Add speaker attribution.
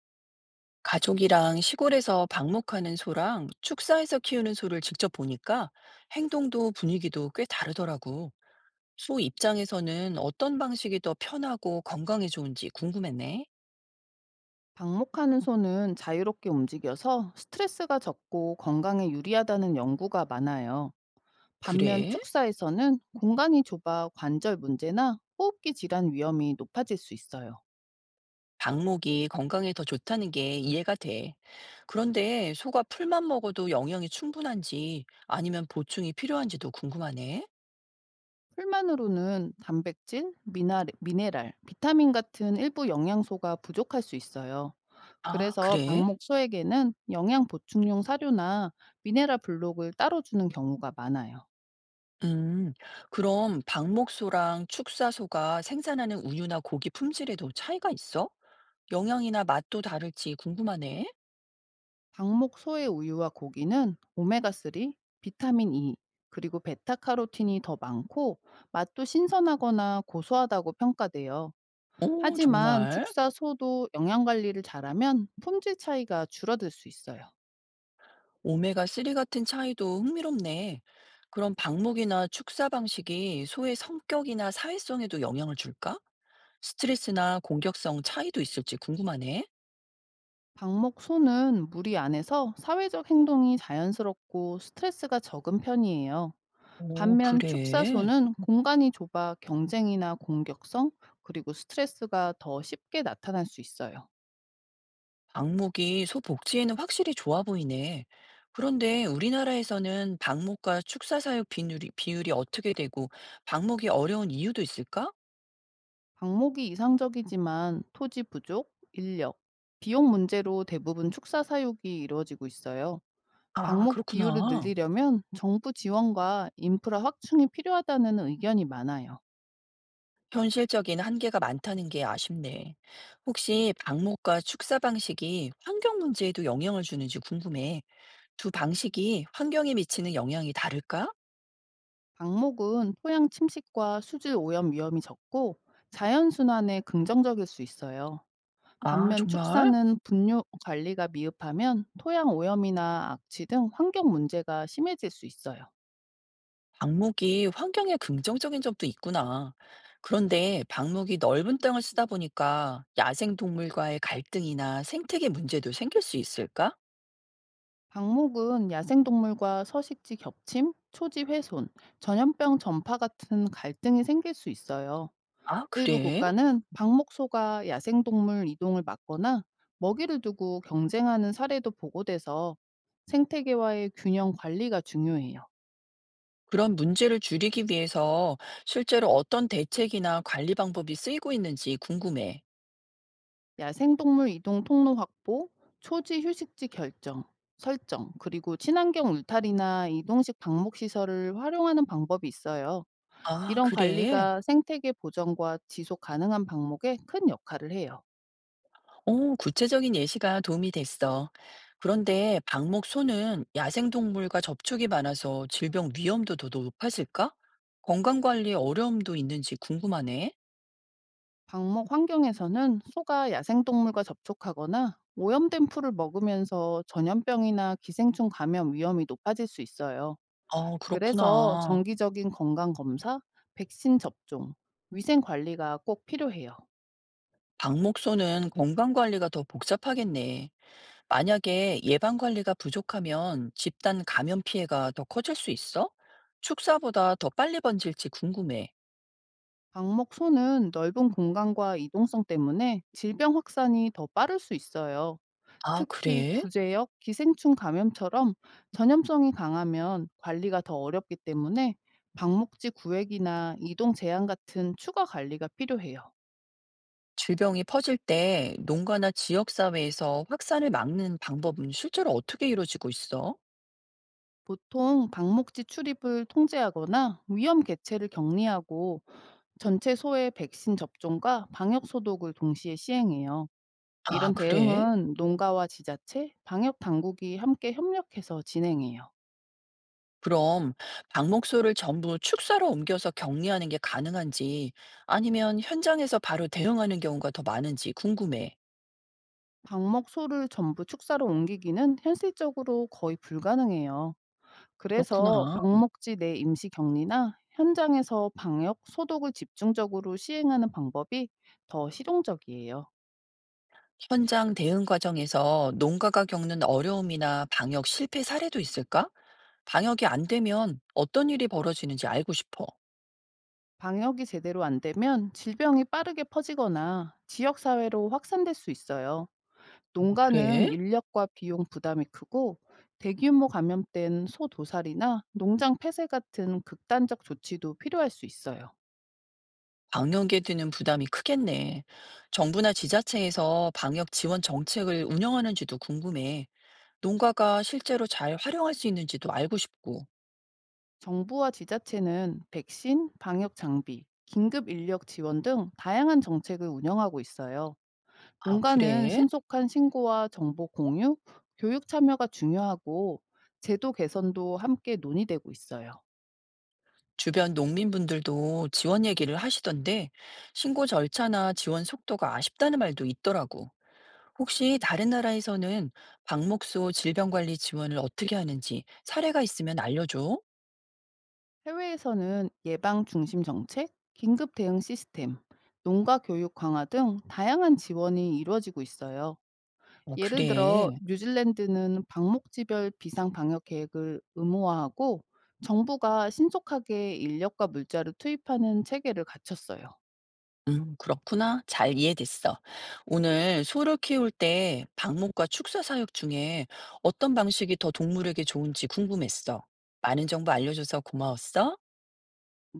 Speaker 1: 가족이랑 시골에서 방목하는 소랑 축사에서 키우는 소를 직접 보니까 행동도 분위기도 꽤 다르더라고. 소 입장에서는 어떤 방식이 더 편하고 건강에 좋은지 궁금했네.
Speaker 2: 방목하는 손은 자유롭게 움직여서 스트레스가 적고 건강에 유리하다는 연구가 많아요. 반면
Speaker 1: 그래?
Speaker 2: 축사에서는 공간이 좁아 관절 문제나 호흡기 질환 위험이 높아질 수 있어요.
Speaker 1: 방목이 건강에 더 좋다는 게 이해가 돼. 그런데 소가 풀만 먹어도 영양이 충분한지 아니면 보충이 필요한지도 궁금하네.
Speaker 2: 풀만으로는 단백질, 미네랄, 비타민 같은 일부 영양소가 부족할 수 있어요.
Speaker 1: 아,
Speaker 2: 그래서
Speaker 1: 그래?
Speaker 2: 방목소에게는 영양 보충용 사료나 미네랄 블록을 따로 주는 경우가 많아요.
Speaker 1: 음, 그럼 방목소랑 축사소가 생산하는 우유나 고기 품질에도 차이가 있어? 영양이나 맛도 다를지 궁금하네.
Speaker 2: 방목 소의 우유와 고기는 오메가3, 비타민 E, 그리고 베타카로틴이 더 많고 맛도 신선하거나 고소하다고 평가돼요.
Speaker 1: 오,
Speaker 2: 하지만
Speaker 1: 정말?
Speaker 2: 축사 소도 영양 관리를 잘하면 품질 차이가 줄어들 수 있어요.
Speaker 1: 오메가3 같은 차이도 흥미롭네. 그럼 방목이나 축사 방식이 소의 성격이나 사회성에도 영향을 줄까? 스트레스나 공격성 차이도 있을지 궁금하네.
Speaker 2: 방목 소는 무리 안에서 사회적 행동이 자연스럽고 스트레스가 적은 편이에요.
Speaker 1: 오,
Speaker 2: 반면 축사
Speaker 1: 그래.
Speaker 2: 소는 공간이 좁아 경쟁이나 공격성, 그리고 스트레스가 더 쉽게 나타날 수 있어요.
Speaker 1: 방목이 소 복지에는 확실히 좋아 보이네. 그런데 우리나라에서는 방목과 축사 사육 비율이 어떻게 되고 방목이 어려운 이유도 있을까?
Speaker 2: 방목이 이상적이지만 토지 부족, 인력, 비용 문제로 대부분 축사 사육이 이루어지고 있어요.
Speaker 1: 아,
Speaker 2: 방목 비율을
Speaker 1: 그렇구나.
Speaker 2: 늘리려면 정부 지원과 인프라 확충이 필요하다는 의견이 많아요.
Speaker 1: 현실적인 한계가 많다는 게 아쉽네. 혹시 방목과 축사 방식이 환경 문제에도 영향을 주는지 궁금해. 두 방식이 환경에 미치는 영향이 다를까?
Speaker 2: 방목은 토양 침식과 수질 오염 위험이 적고 자연순환에 긍정적일 수 있어요.
Speaker 1: 아,
Speaker 2: 반면
Speaker 1: 정말?
Speaker 2: 축사는 분뇨 관리가 미흡하면 토양 오염이나 악취 등 환경 문제가 심해질 수 있어요.
Speaker 1: 방목이 환경에 긍정적인 점도 있구나. 그런데 방목이 넓은 땅을 쓰다 보니까 야생동물과의 갈등이나 생태계 문제도 생길 수 있을까?
Speaker 2: 방목은 야생동물과 서식지 겹침, 초지 훼손, 전염병 전파 같은 갈등이 생길 수 있어요.
Speaker 1: 아,
Speaker 2: 일부
Speaker 1: 그래?
Speaker 2: 국가는 방목소가 야생동물 이동을 막거나 먹이를 두고 경쟁하는 사례도 보고돼서 생태계와의 균형 관리가 중요해요.
Speaker 1: 그런 문제를 줄이기 위해서 실제로 어떤 대책이나 관리 방법이 쓰이고 있는지 궁금해.
Speaker 2: 야생동물 이동 통로 확보, 초지 휴식지 결정, 설정, 그리고 친환경 울타리나 이동식 방목시설을 활용하는 방법이 있어요.
Speaker 1: 아,
Speaker 2: 이런
Speaker 1: 그래?
Speaker 2: 관리가 생태계 보전과 지속 가능한 방목에 큰 역할을 해요.
Speaker 1: 어, 구체적인 예시가 도움이 됐어. 그런데 방목소는 야생동물과 접촉이 많아서 질병 위험도 더 높아질까? 건강관리에 어려움도 있는지 궁금하네.
Speaker 2: 방목 환경에서는 소가 야생동물과 접촉하거나 오염된 풀을 먹으면서 전염병이나 기생충 감염 위험이 높아질 수 있어요.
Speaker 1: 아,
Speaker 2: 그래서
Speaker 1: 그렇구나.
Speaker 2: 정기적인 건강 검사, 백신 접종, 위생 관리가 꼭 필요해요.
Speaker 1: 방목소는 건강관리가 더 복잡하겠네. 만약에 예방관리가 부족하면 집단 감염 피해가 더 커질 수 있어? 축사보다 더 빨리 번질지 궁금해.
Speaker 2: 방목 소는 넓은 공간과 이동성 때문에 질병 확산이 더 빠를 수 있어요.
Speaker 1: 아,
Speaker 2: 특히
Speaker 1: 그래?
Speaker 2: 구제역, 기생충 감염처럼 전염성이 강하면 관리가 더 어렵기 때문에 방목지 구획이나 이동 제한 같은 추가 관리가 필요해요.
Speaker 1: 질병이 퍼질 때 농가나 지역사회에서 확산을 막는 방법은 실제로 어떻게 이루어지고 있어?
Speaker 2: 보통 방목지 출입을 통제하거나 위험 개체를 격리하고 전체 소의 백신 접종과 방역 소독을 동시에 시행해요.
Speaker 1: 아,
Speaker 2: 이런
Speaker 1: 그래?
Speaker 2: 대응은 농가와 지자체, 방역 당국이 함께 협력해서 진행해요.
Speaker 1: 그럼 방목소를 전부 축사로 옮겨서 격리하는 게 가능한지 아니면 현장에서 바로 대응하는 경우가 더 많은지 궁금해.
Speaker 2: 방목 소를 전부 축사로 옮기기는 현실적으로 거의 불가능해요. 그래서
Speaker 1: 그렇구나.
Speaker 2: 방목지 내 임시 격리나 현장에서 방역, 소독을 집중적으로 시행하는 방법이 더 실용적이에요.
Speaker 1: 현장 대응 과정에서 농가가 겪는 어려움이나 방역 실패 사례도 있을까? 방역이 안 되면 어떤 일이 벌어지는지 알고 싶어.
Speaker 2: 방역이 제대로 안 되면 질병이 빠르게 퍼지거나 지역사회로 확산될 수 있어요.
Speaker 1: 어, 그래?
Speaker 2: 농가는 인력과 비용 부담이 크고 대규모 감염된 소 도살이나 농장 폐쇄 같은 극단적 조치도 필요할 수 있어요.
Speaker 1: 방역에 드는 부담이 크겠네. 정부나 지자체에서 방역 지원 정책을 운영하는지도 궁금해. 농가가 실제로 잘 활용할 수 있는지도 알고 싶고.
Speaker 2: 정부와 지자체는 백신, 방역 장비, 긴급 인력 지원 등 다양한 정책을 운영하고 있어요.
Speaker 1: 아,
Speaker 2: 농가는
Speaker 1: 그래?
Speaker 2: 신속한 신고와 정보 공유, 교육 참여가 중요하고 제도 개선도 함께 논의되고 있어요.
Speaker 1: 주변 농민분들도 지원 얘기를 하시던데, 신고 절차나 지원 속도가 아쉽다는 말도 있더라고. 혹시 다른 나라에서는 방목소 질병관리 지원을 어떻게 하는지 사례가 있으면 알려줘.
Speaker 2: 해외에서는 예방 중심 정책, 긴급 대응 시스템, 농가 교육 강화 등 다양한 지원이 이루어지고 있어요.
Speaker 1: 어,
Speaker 2: 예를 들어
Speaker 1: 그래.
Speaker 2: 뉴질랜드는 방목지별 비상 방역 계획을 의무화하고 정부가 신속하게 인력과 물자를 투입하는 체계를 갖췄어요.
Speaker 1: 그렇구나. 잘 이해됐어. 오늘 소를 키울 때 방목과 축사 사육 중에 어떤 방식이 더 동물에게 좋은지 궁금했어. 많은 정보 알려줘서 고마웠어.